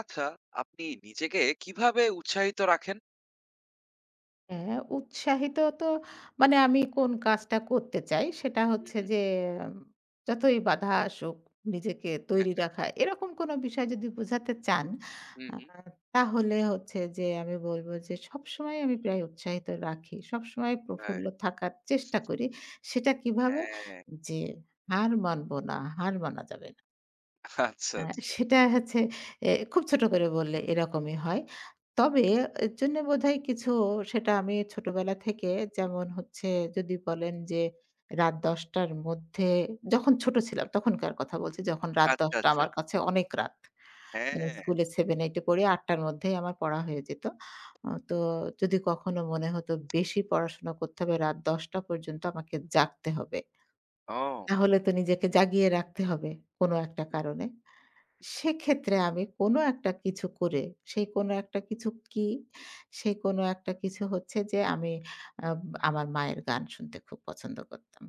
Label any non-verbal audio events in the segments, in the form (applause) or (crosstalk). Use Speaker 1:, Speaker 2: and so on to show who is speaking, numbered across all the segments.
Speaker 1: আচ্ছা, আপনি নিজেকে কিভাবে উৎসাহিত রাখেন?
Speaker 2: হ্যাঁ, উৎসাহিত তো মানে আমি কোন কাজটা করতে চাই সেটা হচ্ছে
Speaker 1: হুম,
Speaker 2: যে উম, যতই বাধা আসুক নিজেকে তৈরি রাখা। এরকম কোন বিষয় যদি বোঝাতে চান
Speaker 1: হুম,
Speaker 2: আ
Speaker 1: হুম।
Speaker 2: তাহলে হচ্ছে যে আমি বলব যে সবসময় আমি প্রায় উৎসাহিত রাখি। সবসময়
Speaker 1: হ্যাঁ,
Speaker 2: প্রফুল্ল থাকার চেষ্টা করি। সেটা কিভাবে?
Speaker 1: হ্যাঁ।
Speaker 2: যে হার মানব না, হার মানা যাবে না।
Speaker 1: আচ্ছা,
Speaker 2: আ
Speaker 1: আচ্ছা।
Speaker 2: সেটা হচ্ছে খুব ছোট করে বললে এরকমই হয়। তবে এর জন্য বোধহয় কিছু সেটা আমি ছোটবেলা থেকে যেমন হচ্ছে যদি বলেন যে রাত ১০ঃ০০ টার মধ্যে যখন ছোট ছিলাম তখনকার কথা বলছি। যখন রাত
Speaker 1: আচ্ছা,
Speaker 2: ১০ঃ০০ টা
Speaker 1: আচ্ছা।
Speaker 2: আমার কাছে অনেক রাত। মানে
Speaker 1: হ্যাঁ।
Speaker 2: স্কুলে 7, 8 এ পড়ি ৮ঃ০০ টার মধ্যেই আমার পড়া হয়ে যেত। তো যদি কখনো মনে হতো বেশি পড়াশোনা করতে হবে রাত ১০ঃ০০ টা পর্যন্ত আমাকে জাগতে হবে।
Speaker 1: ও
Speaker 2: তাহলে তো নিজেকে জাগিয়ে রাখতে হবে কোনো একটা কারণে। সেক্ষেত্রে আমি কোনো একটা কিছু করে, সেই কোনো একটা কিছু কি? সেই কোনো একটা কিছু হচ্ছে যে আমি আ আমার মায়ের গান শুনতে খুব পছন্দ করতাম।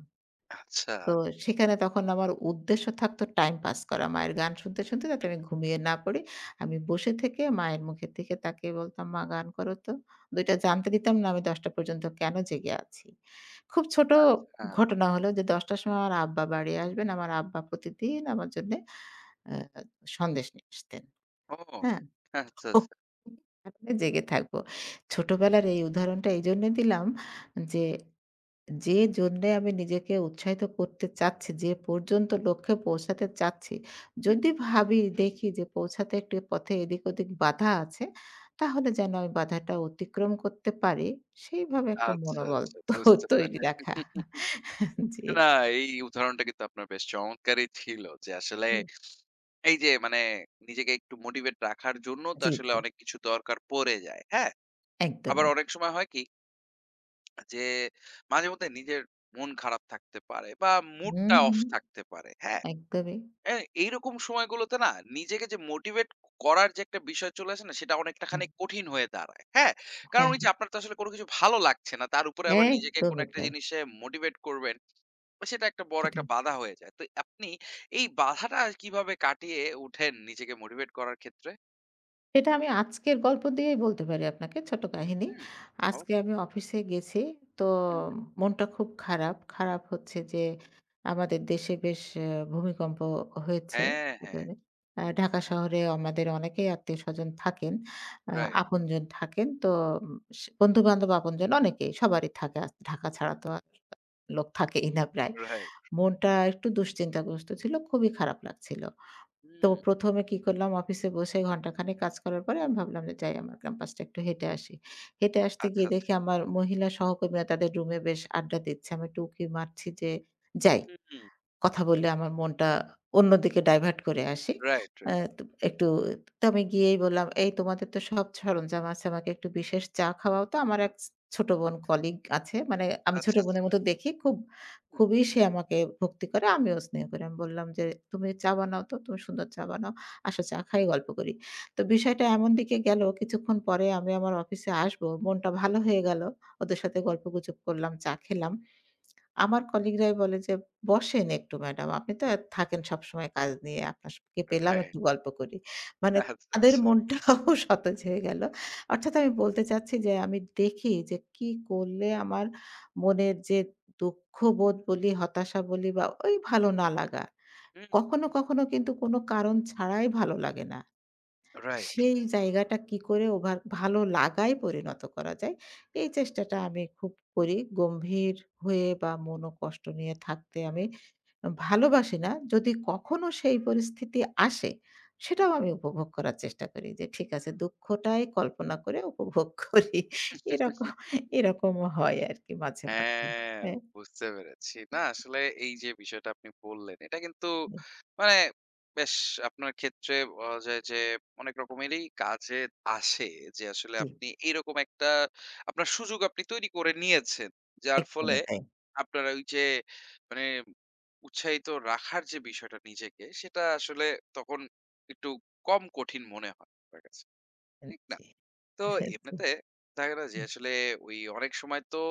Speaker 1: আচ্ছা।
Speaker 2: তো সেখানে তখন আমার উদ্দেশ্য থাকতো টাইম পাস করা। মায়ের গান শুনতে, শুনতে যাতে আমি ঘুমিয়ে না পড়ি। আমি বসে থেকে মায়ের মুখের দিকে তাকিয়ে বলতাম, "মা গান করো তো।" ২ টা জানতে দিতাম না আমি ১০ টা পর্যন্ত কেন জেগে আছি। খুব ছোট
Speaker 1: হ্যাঁ।
Speaker 2: ঘটনা হলো যে ১০ টার সময় আমার আব্বা বাড়ি আসবেন। আমার আব্বা প্রতিদিন আমার জন্যে আ সন্দেশ নিয়ে আসতেন।
Speaker 1: ও
Speaker 2: হ্যাঁ?
Speaker 1: আচ্ছা,
Speaker 2: ওহ!
Speaker 1: আচ্ছা।
Speaker 2: জেগে থাকবো। ছোটবেলার এই উদাহরণটা এইজন্য দিলাম যে, যে জন্যে আমি নিজেকে উৎসাহিত করতে চাচ্ছি, যে পর্যন্ত লক্ষ্যে পৌঁছাতে চাচ্ছি,
Speaker 1: হুম।
Speaker 2: যদি ভাবি দেখি যে পৌঁছাতে একটু পথে এদিক-ওদিক বাধা আছে, তাহলে যেন আমি বাধাটা অতিক্রম করতে পারি, সেইভাবে একটা
Speaker 1: আচ্ছা,
Speaker 2: মনোবল
Speaker 1: আচ্ছা।
Speaker 2: তো
Speaker 1: বুঝতে
Speaker 2: তৈরি
Speaker 1: পেরেছি।
Speaker 2: রাখা।
Speaker 1: (laughs)
Speaker 2: জি,
Speaker 1: না, এই উদাহরণটা কিন্তু আপনার বেশ চমৎকারই ছিল যে আসলে এই যে মানে নিজেকে একটু মোটিভেট রাখার জন্য তো
Speaker 2: জি,
Speaker 1: আসলে
Speaker 2: জি,
Speaker 1: অনেক কিছু দরকার পড়ে যায়। হ্যাঁ? আবার
Speaker 2: একদমই।
Speaker 1: অনেক সময় হয় কি যে মাঝেমধ্যে নিজের মন খারাপ থাকতে পারে বা
Speaker 2: হুম,
Speaker 1: মুডটা অফ
Speaker 2: হুম,
Speaker 1: থাকতে পারে। হ্যাঁ?
Speaker 2: একদমই।
Speaker 1: অ্যা এইরকম সময়গুলোতে না নিজেকে যে মোটিভেট করার যে একটা বিষয় চলে আসে না সেটা অনেকটা
Speaker 2: হুম,
Speaker 1: খানিক কঠিন হয়ে দাঁড়ায়। হ্যাঁ? কারণ
Speaker 2: হ্যাঁ,
Speaker 1: ওই যে আপনার তো আসলে কোন কিছু ভালো লাগছে না। তার উপরে আবার
Speaker 2: হ্যাঁ,
Speaker 1: নিজেকে কোন
Speaker 2: একদমই
Speaker 1: একটা
Speaker 2: তাই।
Speaker 1: জিনিসে মোটিভেট করবেন। তো সেটা একটা বড়
Speaker 2: সেটাই।
Speaker 1: একটা বাধা হয়ে যায়। তো আপনি এই বাধাটা কিভাবে কাটিয়ে উঠেন নিজেকে মোটিভেট করার ক্ষেত্রে?
Speaker 2: এটা আমি আজকের গল্প দিয়েই বলতে পারি আপনাকে ছোট কাহিনী।
Speaker 1: হুম।
Speaker 2: আজকে
Speaker 1: অবশ্যই।
Speaker 2: আমি অফিসে গেছি। তো
Speaker 1: হুম, হুম।
Speaker 2: মনটা খুব খারাপ। খারাপ হচ্ছে যে আমাদের দেশে বেশ ভূমিকম্প হয়েছে।
Speaker 1: হ্যাঁ, হ্যাঁ।
Speaker 2: ঢাকা শহরে আমাদের অনেকেই আত্মীয়স্বজন থাকেন। আ
Speaker 1: রাইট,
Speaker 2: আপনজন থাকেন। তো বন্ধু-বান্ধব, আপনজন অনেকেই সবারই থাকে। ঢাকা ছাড়া তো আর লোক থাকেই না প্রায়।
Speaker 1: রাইট।
Speaker 2: মনটা একটু দুশ্চিন্তাগ্রস্ত ছিল। খুবই খারাপ লাগছিল। তো
Speaker 1: হুম।
Speaker 2: ১ম এ কি করলাম অফিসে বসে ঘন্টাখানেক কাজ করার পরে আমি ভাবলাম যে যাই আমার ক্যাম্পাসটা একটু হেঁটে আসি। হেঁটে আসতে
Speaker 1: আচ্ছা,
Speaker 2: গিয়ে
Speaker 1: আচ্ছা।
Speaker 2: দেখি আমার মহিলা সহকর্মীরা তাদের রুমে বেশ আড্ডা দিচ্ছে। আমি একটু উঁকি মারছি যে যাই।
Speaker 1: হুম।
Speaker 2: কথা বললে আমার মনটা অন্যদিকে ডাইভার্ট করে আসি।
Speaker 1: Right,
Speaker 2: uh
Speaker 1: right.
Speaker 2: তো একটু তো আমি গিয়েই বললাম, "এই তোমাদের তো সব সরঞ্জাম আছে। আমাকে একটু বিশেষ চা খাওয়াও তো।" আমার এক ছোট বোন কলিগ আছে। মানে আমি
Speaker 1: আচ্ছা,
Speaker 2: ছোট
Speaker 1: আচ্ছা।
Speaker 2: বোনের মতো দেখি। খুব
Speaker 1: হুম,
Speaker 2: খুবই সে আমাকে ভক্তি করে, আমিও স্নেহ করি। আমি বললাম যে, "তুমি চা বানাও তো। তুমি সুন্দর চা বানাও। আসো চা খাই, গল্প করি।" তো বিষয়টা এমন দিকে গেল কিছুক্ষণ পরে আমি আমার অফিসে আসবো। মনটা ভালো হয়ে গেল। ওদের সাথে গল্পগুজব করলাম, চা খেলাম। আমার কলিগরাই বলে যে, "বসেন একটু ম্যাডাম। আপনি তো এত থাকেন সবসময় কাজ নিয়ে। আপনার কে পেলাম
Speaker 1: রাইট।
Speaker 2: একটু গল্প করি।" মানে
Speaker 1: আচ্ছা,
Speaker 2: তাদের
Speaker 1: আচ্ছা।
Speaker 2: মনটাও (laughs) সতেজ হয়ে গেল। অর্থাৎ আমি বলতে চাচ্ছি যে আমি দেখি যে কি করলে আমার মনের যে দুঃখবোধ বলি, হতাশা বলি বা ওই ভালো না লাগা।
Speaker 1: হুম,
Speaker 2: কখনো, কখনো কিন্তু কোনো কারণ ছাড়াই ভালো লাগে না।
Speaker 1: রাইট।
Speaker 2: সেই জায়গাটা কি করে ওভার ভালো লাগায় পরিণত করা যায়, এই চেষ্টাটা আমি খুব করি। গম্ভীর হয়ে বা মনোকষ্ট নিয়ে থাকতে আমি ভালোবাসি না। যদি কখনো সেই পরিস্থিতি আসে,
Speaker 1: হুম,
Speaker 2: সেটাও আমি উপভোগ করার চেষ্টা করি যে ঠিক আছে দুঃখটাই কল্পনা করে উপভোগ (laughs) করি। এরকম
Speaker 1: হুম।
Speaker 2: এরকমও হয় আরকি মাঝে, মাঝে।
Speaker 1: হ্যাঁ,
Speaker 2: হ্যাঁ,
Speaker 1: বুঝতে পেরেছি। না আসলে এই যে বিষয়টা আপনি বললেন, এটা কিন্তু মানে বেশ আপনার ক্ষেত্রে বলা যায় যে অনেক রকমেরই কাজে আসে যে আসলে
Speaker 2: জি,
Speaker 1: আপনি এইরকম একটা আপনার সুযোগ আপনি তৈরি করে নিয়েছেন। যার ফলে
Speaker 2: একদমই তাই।
Speaker 1: আপনার ওই যে মানে উৎসাহিত রাখার যে বিষয়টা নিজেকে সেটা আসলে তখন একটু কম কঠিন মনে হয় আপনার কাছে।
Speaker 2: হ্যাঁ,
Speaker 1: ঠিক না?
Speaker 2: জি,
Speaker 1: তো
Speaker 2: হ্যাঁ, জি,
Speaker 1: এমনিতে দেখা গেলো যে
Speaker 2: হুম,
Speaker 1: আসলে ওই অনেক সময় তো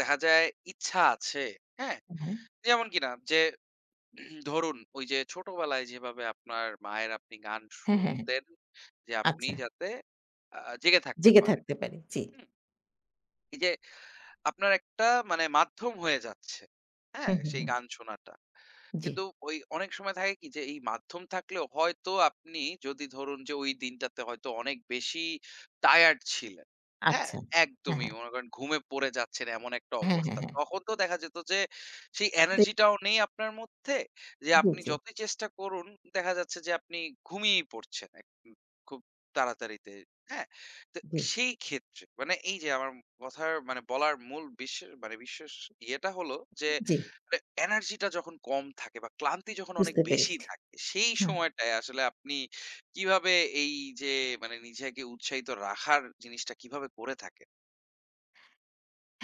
Speaker 1: দেখা যায় ইচ্ছা আছে, হ্যাঁ?
Speaker 2: হ্যাঁ,
Speaker 1: যেমন কিনা যে ধরুন ওই যে ছোটবেলায় যেভাবে আপনার মায়ের আপনি গান
Speaker 2: হ্যাঁ, হ্যাঁ,
Speaker 1: শুনতেন যে আপনি
Speaker 2: আচ্ছা,
Speaker 1: যাতে আ জেগে থাকতে
Speaker 2: জেগে
Speaker 1: পারেন,
Speaker 2: থাকতে পারি। জি।
Speaker 1: হুম? এই যে আপনার একটা মানে মাধ্যম হয়ে যাচ্ছে।
Speaker 2: হু,
Speaker 1: হ্যাঁ?
Speaker 2: হু,
Speaker 1: সেই
Speaker 2: হু।
Speaker 1: গান শোনাটা।
Speaker 2: জি,
Speaker 1: কিন্তু ওই অনেক সময় থাকে কি যে এই মাধ্যম থাকলেও হয়তো আপনি যদি ধরুন যে ওই দিনটাতে হয়তো অনেক বেশি টায়ার্ড ছিলেন। হ্যাঁ?
Speaker 2: আচ্ছা। হ্যাঁ,
Speaker 1: একদমই
Speaker 2: হ্যাঁ।
Speaker 1: মনে করেন ঘুমে পড়ে যাচ্ছেন এমন একটা
Speaker 2: হ্যাঁ, হ্যাঁ,
Speaker 1: অবস্থা।
Speaker 2: হ্যাঁ।
Speaker 1: তখন তো দেখা যেত যে সেই
Speaker 2: জি,
Speaker 1: এনার্জিটাও নেই আপনার মধ্যে যে
Speaker 2: জি,
Speaker 1: আপনি
Speaker 2: জি,
Speaker 1: যতই চেষ্টা করুন দেখা যাচ্ছে যে আপনি ঘুমিয়েই পড়ছেন এক খুব তাড়াতাড়িতে। হ্যাঁ? তো
Speaker 2: জি,
Speaker 1: সেই ক্ষেত্রে মানে এই যে আমার কথার মানে বলার মূল বিশ্বের মানে বিশেষ ইয়েটা হলো যে
Speaker 2: জি,
Speaker 1: মানে এনার্জিটা যখন কম থাকে বা ক্লান্তি যখন অনেক
Speaker 2: বুঝতে
Speaker 1: বেশি
Speaker 2: পেরেছি।
Speaker 1: থাকে সেই
Speaker 2: হুম।
Speaker 1: সময়টায় আসলে আপনি কিভাবে এই যে মানে নিজেকে উৎসাহিত রাখার জিনিসটা কিভাবে করে থাকেন?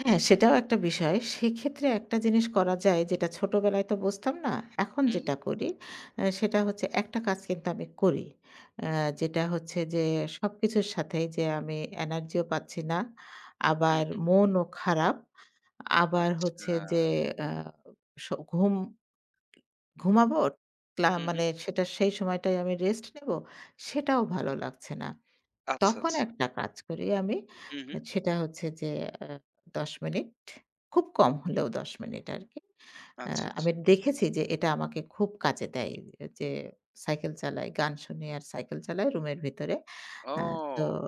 Speaker 2: হ্যাঁ, সেটাও একটা বিষয়। সেক্ষেত্রে একটা জিনিস করা যায় যেটা ছোটবেলায় তো বুঝতাম না। এখন
Speaker 1: হুম,
Speaker 2: যেটা
Speaker 1: হুম,
Speaker 2: করি সেটা হচ্ছে একটা কাজ কিন্তু আমি করি। আ যেটা হচ্ছে যে সবকিছুর সাথেই যে আমি এনার্জিও পাচ্ছি না,
Speaker 1: হুম,
Speaker 2: আবার
Speaker 1: হুম।
Speaker 2: মনও খারাপ, আবার
Speaker 1: আচ্ছা।
Speaker 2: হচ্ছে যে আ স ঘুম ঘুমাবো,
Speaker 1: হুম, হুম।
Speaker 2: মানে সেটা সেই সময়টায় আমি রেস্ট নেবো, সেটাও ভালো লাগছে না।
Speaker 1: আচ্ছা,
Speaker 2: তখন
Speaker 1: আচ্ছা।
Speaker 2: একটা কাজ করি আমি,
Speaker 1: হুম, হুম।
Speaker 2: সেটা হচ্ছে যে আ ১০ মিনিট, খুব কম হলেও ১০ মিনিট আরকি। আ
Speaker 1: আচ্ছা, আচ্ছা।
Speaker 2: আমি দেখেছি যে এটা আমাকে খুব কাজে দেয়। যে সাইকেল চালাই, গান শুনি আর সাইকেল চালাই রুমের ভিতরে। আ তো
Speaker 1: ও!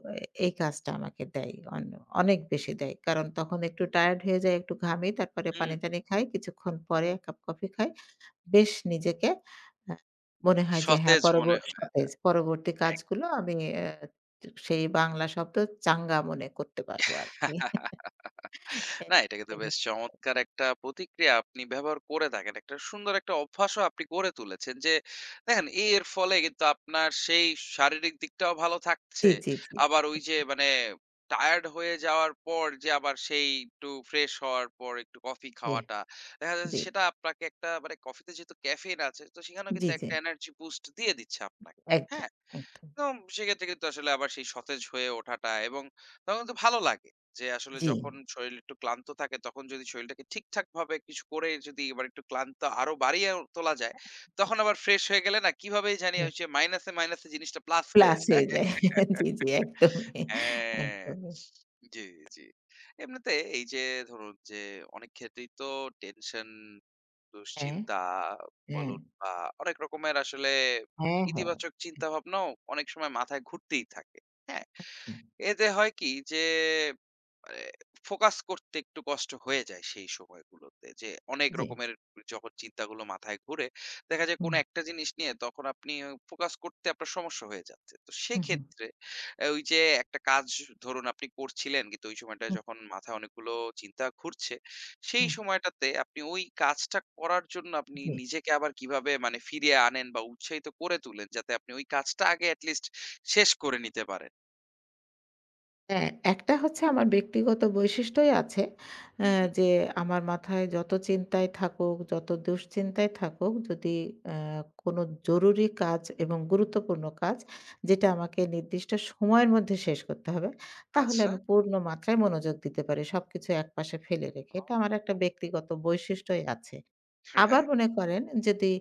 Speaker 2: এই কাজটা আমাকে দেয়। অনেক বেশি দেয়। কারণ তখন একটু টায়ার্ড হয়ে যাই, একটু ঘামি, তারপরে
Speaker 1: হুম,
Speaker 2: পানি-টানি খাই। কিছুক্ষণ পরে ১ কাপ কফি খাই। বেশ নিজেকে আ মনে হয় যে হ্যাঁ,
Speaker 1: সতেজ মনে হয়ে
Speaker 2: সতেজ।
Speaker 1: যায়।
Speaker 2: পরবর্তী
Speaker 1: এক
Speaker 2: কাজগুলো আমি সেই বাংলা শব্দ চাঙ্গা মনে করতে পারবো আরকি।
Speaker 1: (laughs) না, এটা কিন্তু বেশ
Speaker 2: (laughs)
Speaker 1: চমৎকার একটা প্রতিক্রিয়া আপনি ব্যবহার করে থাকেন। একটা সুন্দর একটা অভ্যাসও আপনি গড়ে তুলেছেন যে, দেখেন এর ফলে কিন্তু আপনার সেই শারীরিক দিকটাও ভালো
Speaker 2: জি,
Speaker 1: থাকছে।
Speaker 2: জি, জি।
Speaker 1: আবার ওই যে
Speaker 2: একদম।
Speaker 1: মানে টায়ার্ড হয়ে যাওয়ার পর যে আবার সেই একটু ফ্রেশ হওয়ার পর একটু কফি খাওয়াটা, দেখা যাচ্ছে
Speaker 2: জি, জি,
Speaker 1: সেটা আপনাকে একটা মানে কফিতে যেহেতু ক্যাফেইন আছে, তো সেখানেও
Speaker 2: জি,
Speaker 1: কিন্তু
Speaker 2: জি।
Speaker 1: একটা এনার্জি বুস্ট দিয়ে দিচ্ছে আপনাকে।
Speaker 2: একদম,
Speaker 1: হ্যাঁ?
Speaker 2: একদম।
Speaker 1: একদম সেক্ষেত্রে কিন্তু আসলে আবার সেই সতেজ হয়ে ওঠাটা এবং তখন কিন্তু ভালো লাগে যে আসলে
Speaker 2: জি।
Speaker 1: যখন শরীর একটু ক্লান্ত থাকে তখন যদি শরীরটাকে ঠিকঠাক ভাবে কিছু করে যদি এবার একটু ক্লান্ত আরো বাড়িয়ে তোলা যায় তখন আবার ফ্রেশ হয়ে গেলে না কিভাবেই জানি ওই যে মাইনাসে মাইনাসে জিনিসটা প্লাস হয়ে
Speaker 2: প্লাস
Speaker 1: যায়।
Speaker 2: হয়ে যায়। (laughs) জি, জি, একদমই,
Speaker 1: হ্যাঁ,
Speaker 2: একদমই।
Speaker 1: জি, জি। এমনিতে এই যে ধরুন যে অনেক ক্ষেত্রেই তো টেনশন
Speaker 2: হ্যাঁ,
Speaker 1: দুশ্চিন্তা
Speaker 2: হ্যাঁ,
Speaker 1: বলুন বা অনেক রকমের আসলে
Speaker 2: হ্যাঁ, হ্যাঁ।
Speaker 1: ইতিবাচক চিন্তা ভাবনাও অনেক সময় মাথায় ঘুরতেই থাকে। হ্যাঁ?
Speaker 2: আচ্ছা,
Speaker 1: এতে হয় কি যে মানে ফোকাস করতে একটু কষ্ট হয়ে যায় সেই সময়গুলোতে। যে অনেক
Speaker 2: জি।
Speaker 1: রকমের যখন চিন্তাগুলো মাথায় ঘুরে, দেখা যায় কোনো
Speaker 2: হুম,
Speaker 1: একটা জিনিস নিয়ে তখন আপনি ফোকাস করতে আপনার সমস্যা হয়ে যাচ্ছে। তো
Speaker 2: হুম, হুম,
Speaker 1: সেক্ষেত্রে ওই যে একটা কাজ ধরুন আপনি করছিলেন কিন্তু ওই সময়টায়
Speaker 2: হুম,
Speaker 1: যখন মাথায় অনেকগুলো চিন্তা ঘুরছে, সেই
Speaker 2: হুম,
Speaker 1: সময়টাতে আপনি ওই কাজটা করার জন্য আপনি
Speaker 2: জি।
Speaker 1: নিজেকে আবার কিভাবে মানে ফিরিয়ে আনেন বা উৎসাহিত করে তুলেন যাতে আপনি ওই কাজটা আগে এট লিস্ট শেষ করে নিতে পারেন?
Speaker 2: হ্যাঁ, একটা হচ্ছে আমার ব্যক্তিগত বৈশিষ্ট্যই আছে।
Speaker 1: হু,
Speaker 2: অ্যা
Speaker 1: হু।
Speaker 2: যে আমার মাথায় যত চিন্তাই থাকুক, যত দুশ্চিন্তাই থাকুক, যদি অ্যা কোনো জরুরি কাজ এবং গুরুত্বপূর্ণ কাজ যেটা আমাকে নির্দিষ্ট সময়ের মধ্যে শেষ করতে হবে, তাহলে
Speaker 1: আচ্ছা।
Speaker 2: আমি পূর্ণ মাত্রায় মনোযোগ দিতে পারি সবকিছু একপাশে ফেলে রেখে। এটা আমার একটা
Speaker 1: ও
Speaker 2: ব্যক্তিগত বৈশিষ্ট্যই আছে। আবার
Speaker 1: হ্যাঁ।
Speaker 2: মনে করেন যদি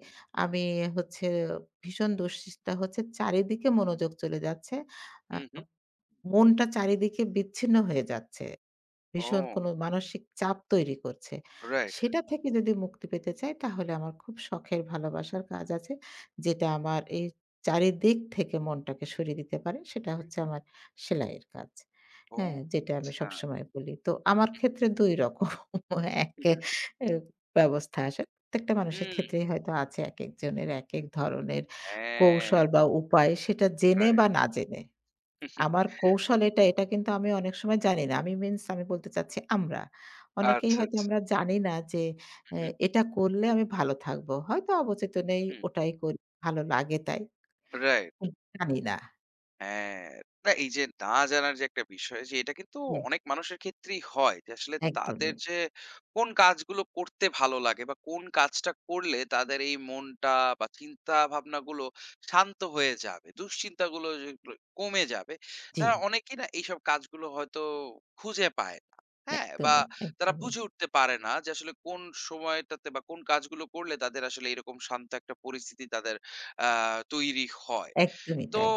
Speaker 2: আমি হচ্ছে ভীষণ দুশ্চিন্তা হচ্ছে, চারিদিকে মনোযোগ চলে যাচ্ছে। আ
Speaker 1: হুম, হুম।
Speaker 2: মনটা চারিদিকে বিচ্ছিন্ন হয়ে যাচ্ছে। ভীষণ
Speaker 1: ও
Speaker 2: কোনো মানসিক চাপ তৈরি করছে।
Speaker 1: Right, right.
Speaker 2: সেটা থেকে যদি মুক্তি পেতে চাই তাহলে আমার খুব শখের ভালোবাসার কাজ আছে। যেটা আমার এই চারিদিক থেকে মনটাকে সরিয়ে দিতে পারে। সেটা হচ্ছে আমার সেলাইয়ের কাজ।
Speaker 1: ও
Speaker 2: হ্যাঁ? যেটা আমি
Speaker 1: আচ্ছা।
Speaker 2: সবসময় বলি। তো আমার ক্ষেত্রে ২ রকম (laughs)
Speaker 1: হুম,
Speaker 2: একে
Speaker 1: হুম।
Speaker 2: এ ব্যবস্থা আসে। প্রত্যেকটা মানুষের
Speaker 1: হুম।
Speaker 2: ক্ষেত্রেই হয়তো আছে একেকজনের একেক ধরনের
Speaker 1: হ্যাঁ,
Speaker 2: কৌশল বা উপায় সেটা জেনে
Speaker 1: রাইট।
Speaker 2: বা না জেনে।
Speaker 1: হুম, হুম। (laughs)
Speaker 2: আমার কৌশল এটা, এটা কিন্তু আমি অনেক সময় জানি না। আমি মিনস আমি বলতে চাচ্ছি আমরা। অনেকেই
Speaker 1: আচ্ছা,
Speaker 2: হয়তো
Speaker 1: আচ্ছা।
Speaker 2: আমরা জানি না যে
Speaker 1: হুম,
Speaker 2: এ
Speaker 1: হুম।
Speaker 2: এটা করলে আমি ভালো থাকবো। হয়তো অবচেতনেই
Speaker 1: হুম।
Speaker 2: ওটাই করি, ভালো লাগে তাই।
Speaker 1: রাইট।
Speaker 2: কিন্তু জানি না।
Speaker 1: হ্যাঁ, না এই যে না জানার যে একটা বিষয় যে এটা কিন্তু
Speaker 2: জি,
Speaker 1: অনেক মানুষের ক্ষেত্রেই হয় যে আসলে তাদের
Speaker 2: একদমই।
Speaker 1: যে কোন কাজগুলো করতে ভালো লাগে বা কোন কাজটা করলে তাদের এই মনটা বা চিন্তা ভাবনাগুলো শান্ত হয়ে যাবে, দুশ্চিন্তাগুলো যেগুলো কমে যাবে।
Speaker 2: জি,
Speaker 1: তারা অনেকেই না এইসব কাজগুলো হয়তো খুঁজে পায় না। হ্যাঁ? বা
Speaker 2: একদমই,
Speaker 1: তারা
Speaker 2: একদমই,
Speaker 1: বুঝে উঠতে পারে না যে আসলে কোন সময়টাতে বা কোন কাজগুলো করলে তাদের আসলে এরকম শান্ত একটা পরিস্থিতি তাদের আ তৈরি হয়।
Speaker 2: একদমই
Speaker 1: তো
Speaker 2: তাই।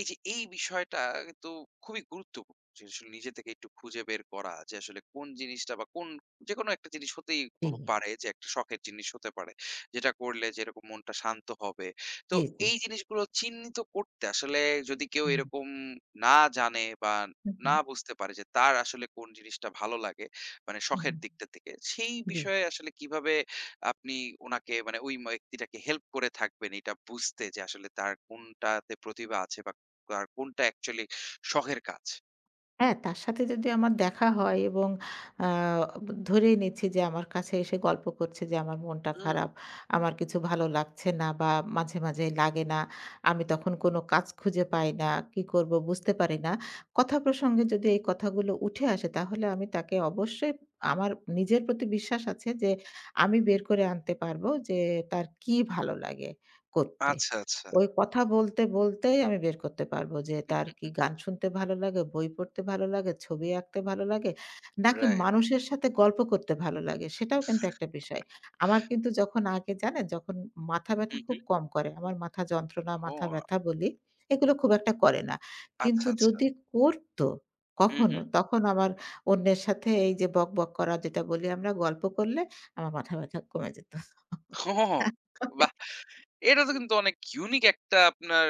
Speaker 1: এই যে এই বিষয়টা কিন্তু খুবই গুরুত্বপূর্ণ যে আসলে নিজে থেকে একটু খুঁজে বের করা যে আসলে কোন জিনিসটা বা কোন যেকোনো একটা জিনিস হতেই
Speaker 2: জি,
Speaker 1: পারে যে একটা শখের জিনিস হতে পারে যেটা করলে যেরকম মনটা শান্ত হবে তো
Speaker 2: জি, জি।
Speaker 1: এই জিনিসগুলো চিহ্নিত করতে আসলে যদি কেউ
Speaker 2: হুম,
Speaker 1: এরকম না জানে বা
Speaker 2: হু, হু,
Speaker 1: না বুঝতে পারে যে তার আসলে কোন জিনিসটা ভালো লাগে মানে
Speaker 2: হু,
Speaker 1: শখের দিকটা থেকে সেই
Speaker 2: জি।
Speaker 1: বিষয়ে আসলে কিভাবে আপনি উনাকে মানে ওই ব্যক্তিটাকে হেল্প করে থাকবেন এটা বুঝতে যে আসলে তার কোনটাতে প্রতিভা আছে বা তার কোনটা অ্যাকচুয়ালি শখের কাজ।
Speaker 2: হ্যাঁ, তার সাথে যদি আমার দেখা হয় এবং আ ধরেই নিচ্ছি যে আমার কাছে এসে গল্প করছে যে আমার মনটা
Speaker 1: হুম,
Speaker 2: খারাপ, আমার কিছু ভালো লাগছে না বা মাঝে, মাঝে লাগে না। আমি তখন কোনো কাজ খুঁজে পাই না, কি করব বুঝতে পারি না। কথা প্রসঙ্গে যদি এই কথাগুলো উঠে আসে তাহলে আমি তাকে অবশ্যই আমার নিজের প্রতি বিশ্বাস আছে যে আমি বের করে আনতে পারব যে তার কি ভালো লাগে করতে।
Speaker 1: আচ্ছা, আচ্ছা।
Speaker 2: ওই কথা বলতে, বলতেই আমি বের করতে পারবো যে তার কি গান শুনতে ভালো লাগে, বই পড়তে ভালো লাগে, ছবি আঁকতে ভালো লাগে, নাকি
Speaker 1: রাইট।
Speaker 2: মানুষের সাথে গল্প করতে ভালো লাগে সেটাও কিন্তু একটা বিষয়। আমার কিন্তু যখন আগে জানেন যখন মাথা
Speaker 1: হু,
Speaker 2: ব্যাথা
Speaker 1: হু।
Speaker 2: খুব কম করে। আমার মাথা যন্ত্রণা, মাথা
Speaker 1: ও
Speaker 2: ব্যাথা বলি, এগুলো খুব একটা করে না।
Speaker 1: আচ্ছা,
Speaker 2: কিন্তু
Speaker 1: আচ্ছা।
Speaker 2: যদি করত
Speaker 1: হু, হু।
Speaker 2: কখনো তখন আমার অন্যের সাথে এই যে বকবক করা যেটা বলি আমরা গল্প করলে আমার মাথা ব্যাথা কমে যেত।
Speaker 1: ওহো!
Speaker 2: (laughs) মানে
Speaker 1: বাহ! এটা তো কিন্তু অনেক ইউনিক একটা আপনার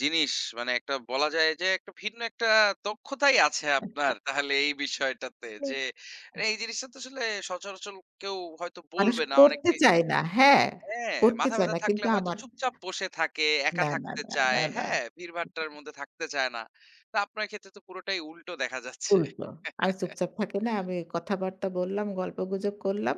Speaker 1: জিনিস। মানে একটা বলা যায় যে একটা ভিন্ন একটা দক্ষতাই আছে আপনার তাহলে এই বিষয়টাতে যে এই জিনিসটা তো আসলে সচরাচর কেউ হয়তো
Speaker 2: মানুষ
Speaker 1: বলবে না।
Speaker 2: করতে
Speaker 1: অনেকে
Speaker 2: চায় না। হ্যাঁ,
Speaker 1: হ্যাঁ,
Speaker 2: করতে
Speaker 1: মাথা
Speaker 2: চায়
Speaker 1: ব্যথা
Speaker 2: না।
Speaker 1: থাকলে
Speaker 2: কিন্তু
Speaker 1: হয়তো
Speaker 2: আমার
Speaker 1: চুপচাপ বসে থাকে, একা
Speaker 2: না, না,
Speaker 1: থাকতে
Speaker 2: না,
Speaker 1: চায়,
Speaker 2: না, না।
Speaker 1: হ্যাঁ? ভিড়ভাট্টার মধ্যে থাকতে চায় না। তা আপনার ক্ষেত্রে তো পুরোটাই উল্টো দেখা যাচ্ছে।
Speaker 2: উল্টো। আর
Speaker 1: (laughs)
Speaker 2: চুপচাপ থাকে না। আমি কথাবার্তা বললাম, গল্পগুজব করলাম।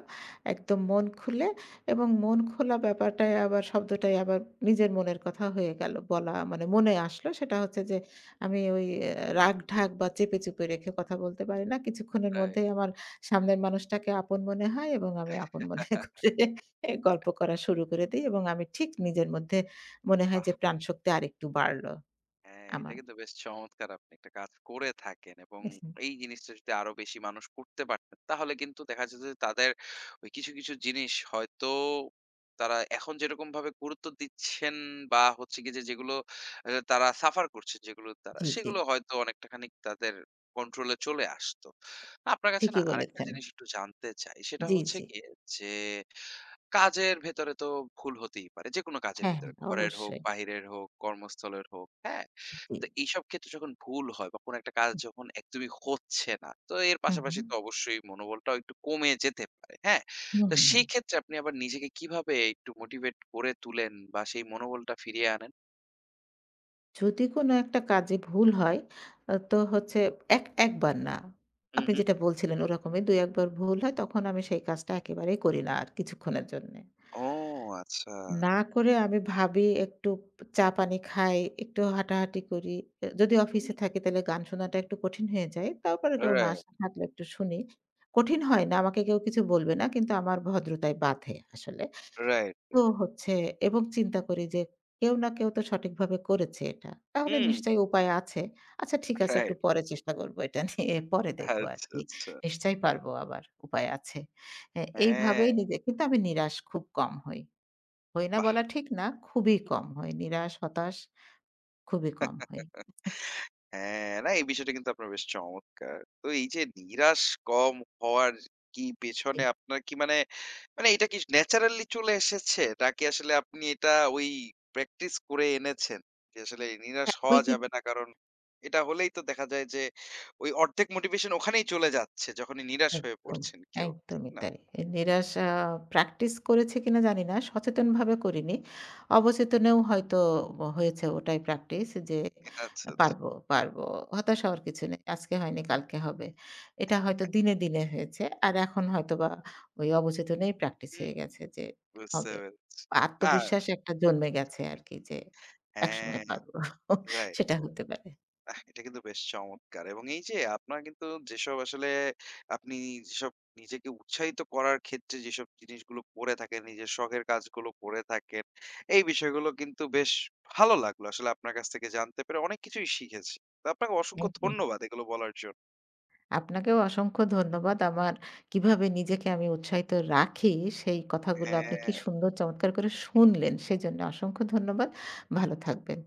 Speaker 2: একদম মন খুলে এবং মন খোলা ব্যাপারটাই আবার শব্দটাই আবার নিজের মনের কথা হয়ে গেল। বলা মানে মনে আসলো সেটা হচ্ছে যে আমি ওই রাগ-ঢাক বা চেপে, চুপে রেখে কথা বলতে পারি না। কিছুক্ষণের
Speaker 1: রাইট।
Speaker 2: মধ্যেই আমার সামনের মানুষটাকে আপন মনে হয় এবং আমি আপন মনে (laughs) করে গল্প করা শুরু করে দেই এবং আমি ঠিক নিজের মধ্যে মনে হয়
Speaker 1: বাহ!
Speaker 2: যে প্রাণশক্তি আরেকটু বাড়লো
Speaker 1: হ্যাঁ, এটা
Speaker 2: আমার।
Speaker 1: কিন্তু বেশ চমৎকার আপনি একটা কাজ করে থাকেন এবং এই জিনিসটা যদি আরো বেশি মানুষ করতে পারতেন তাহলে কিন্তু দেখা যেত যে তাদের ওই কিছু, কিছু জিনিস হয়তো তারা এখন যেরকম ভাবে গুরুত্ব দিচ্ছেন বা হচ্ছে গিয়ে যে যেগুলো তারা সাফার করছে যেগুলো তারা
Speaker 2: জি, জি।
Speaker 1: সেগুলো হয়তো অনেকটা খানিক তাদের কন্ট্রোলে চলে আসতো। আপনার কাছে না
Speaker 2: ঠিকই
Speaker 1: আরেকটা
Speaker 2: বলেছেন।
Speaker 1: জিনিস একটু জানতে চাই। সেটা
Speaker 2: জি,
Speaker 1: হচ্ছে
Speaker 2: জি।
Speaker 1: গিয়ে যে কাজের ভেতরে তো ভুল হতেই পারে। যেকোনো কাজের
Speaker 2: হ্যাঁ,
Speaker 1: ভেতরে
Speaker 2: হ্যাঁ,
Speaker 1: ঘরের হোক,
Speaker 2: অবশ্যই।
Speaker 1: বাহিরের হোক, কর্মস্থলের হোক, হ্যাঁ?
Speaker 2: জি।
Speaker 1: তো এইসব ক্ষেত্রে যখন ভুল হয় বা কোনো একটা কাজ যখন একদমই হচ্ছে না, তো এর
Speaker 2: হুম, হুম।
Speaker 1: পাশাপাশি তো অবশ্যই মনোবলটাও একটু কমে যেতে পারে। হ্যাঁ?
Speaker 2: হুম,
Speaker 1: তো
Speaker 2: হুম, হুম।
Speaker 1: সেই ক্ষেত্রে আপনি আবার নিজেকে কিভাবে একটু মোটিভেট করে তুলেন বা সেই মনোবলটা ফিরিয়ে আনেন?
Speaker 2: যদি কোনো একটা কাজে ভুল হয় তো হচ্ছে এক একবার না।
Speaker 1: হুম,
Speaker 2: আপনি
Speaker 1: হুম।
Speaker 2: যেটা বলছিলেন ওরকমই ২-১ বার ভুল হয় তখন আমি সেই কাজটা একেবারেই করি না আর কিছুক্ষণের জন্যে।
Speaker 1: ও আচ্ছা।
Speaker 2: না করে আমি ভাবি একটু চা পানি খাই, একটু হাঁটাহাঁটি করি। যদি অফিসে
Speaker 1: হুম।
Speaker 2: থাকি তাহলে গান শোনাটা একটু কঠিন হয়ে যায়। তারপরে কেউ না
Speaker 1: রাইট,
Speaker 2: থাকলে একটু শুনি। কঠিন হয় না, আমাকে কেউ কিছু বলবে না কিন্তু আমার ভদ্রতায় বাধে আসলে।
Speaker 1: রাইট।
Speaker 2: তো হচ্ছে এবং চিন্তা করি যে কেউ না কেউ তো সঠিকভাবে করেছে এটা। তাহলে
Speaker 1: হুম,
Speaker 2: নিশ্চয়ই উপায় আছে। আচ্ছা ঠিক আছে একটু
Speaker 1: রাইট।
Speaker 2: পরে চেষ্টা করব এটা (laughs) নিয়ে পরে দেখব
Speaker 1: আচ্ছা,
Speaker 2: আরকি।
Speaker 1: আচ্ছা।
Speaker 2: নিশ্চয়ই পারবো আবার উপায় আছে। হ্যাঁ,
Speaker 1: হ্যাঁ,
Speaker 2: এইভাবেই নিজে কিন্তু আমি নিরাশ খুব কম হই। হই না
Speaker 1: বাহ!
Speaker 2: বলা ঠিক না, খুবই কম হই। নিরাশ, হতাশ খুবই কম হই।
Speaker 1: হ্যাঁ, না এই বিষয়টা কিন্তু আপনার বেশ চমৎকার। তো এই যে নিরাশ কম হওয়ার কি
Speaker 2: জি।
Speaker 1: পেছনে আপনার কি মানে, মানে এটা কি ন্যাচারালি চলে এসেছে? নাকি আসলে আপনি এটা ওই প্র্যাকটিস করে এনেছেন? যে আসলে নিরাশ
Speaker 2: হ্যাঁ,
Speaker 1: হওয়া
Speaker 2: ওই যে
Speaker 1: যাবে না। কারণ এটা হলেই তো দেখা যায় যে ওই অর্ধেক মোটিভেশন ওখানেই চলে যাচ্ছে যখনই নিরাশ হয়ে
Speaker 2: একদম,
Speaker 1: পড়ছেন কেউ। ঠিক
Speaker 2: একদমই
Speaker 1: না?
Speaker 2: তাই।
Speaker 1: হুম,
Speaker 2: নিরাশা প্র্যাকটিস করেছি কিনা জানি না। সচেতনভাবে করিনি।
Speaker 1: হুম।
Speaker 2: অবচেতনেও হয়তো হয়েছে ওটাই প্র্যাকটিস যে
Speaker 1: আচ্ছা, আচ্ছা।
Speaker 2: পারবো, পারবো। হতাশ হওয়ার কিছু নেই। আজকে হয়নি কালকে হবে। এটা হয়তো দিনে, দিনে হয়েছে। আর এখন হয়তোবা ওই অবচেতনেই প্র্যাকটিস
Speaker 1: হুম,
Speaker 2: হয়ে গেছে যে
Speaker 1: বুঝতে
Speaker 2: হবে।
Speaker 1: পেরেছি। না
Speaker 2: আত্মবিশ্বাস একটা জন্মে গেছে আরকি যে একসময়
Speaker 1: হ্যাঁ,
Speaker 2: পারবো।
Speaker 1: রাইট।
Speaker 2: সেটা হতে পারে।
Speaker 1: আহ! এটা কিন্তু বেশ চমৎকার এবং এই যে আপনার কিন্তু যেসব আসলে আপনি যেসব নিজেকে উৎসাহিত করার ক্ষেত্রে যেসব জিনিসগুলো করে থাকেন, নিজের শখের কাজগুলো করে থাকেন, এই বিষয়গুলো কিন্তু বেশ ভালো লাগলো আসলে আপনার কাছ থেকে জানতে পেরে অনেক কিছুই শিখেছি। তো আপনাকে অসংখ্য
Speaker 2: থ্যাংক ইউ।
Speaker 1: ধন্যবাদ এগুলো বলার জন্য।
Speaker 2: আপনাকেও অসংখ্য ধন্যবাদ। আমার কিভাবে নিজেকে আমি উৎসাহিত রাখি, সেই কথাগুলো আপনি কি সুন্দর চমৎকার করে শুনলেন,
Speaker 1: হ্যাঁ।
Speaker 2: সেজন্য অসংখ্য ধন্যবাদ। ভালো থাকবেন।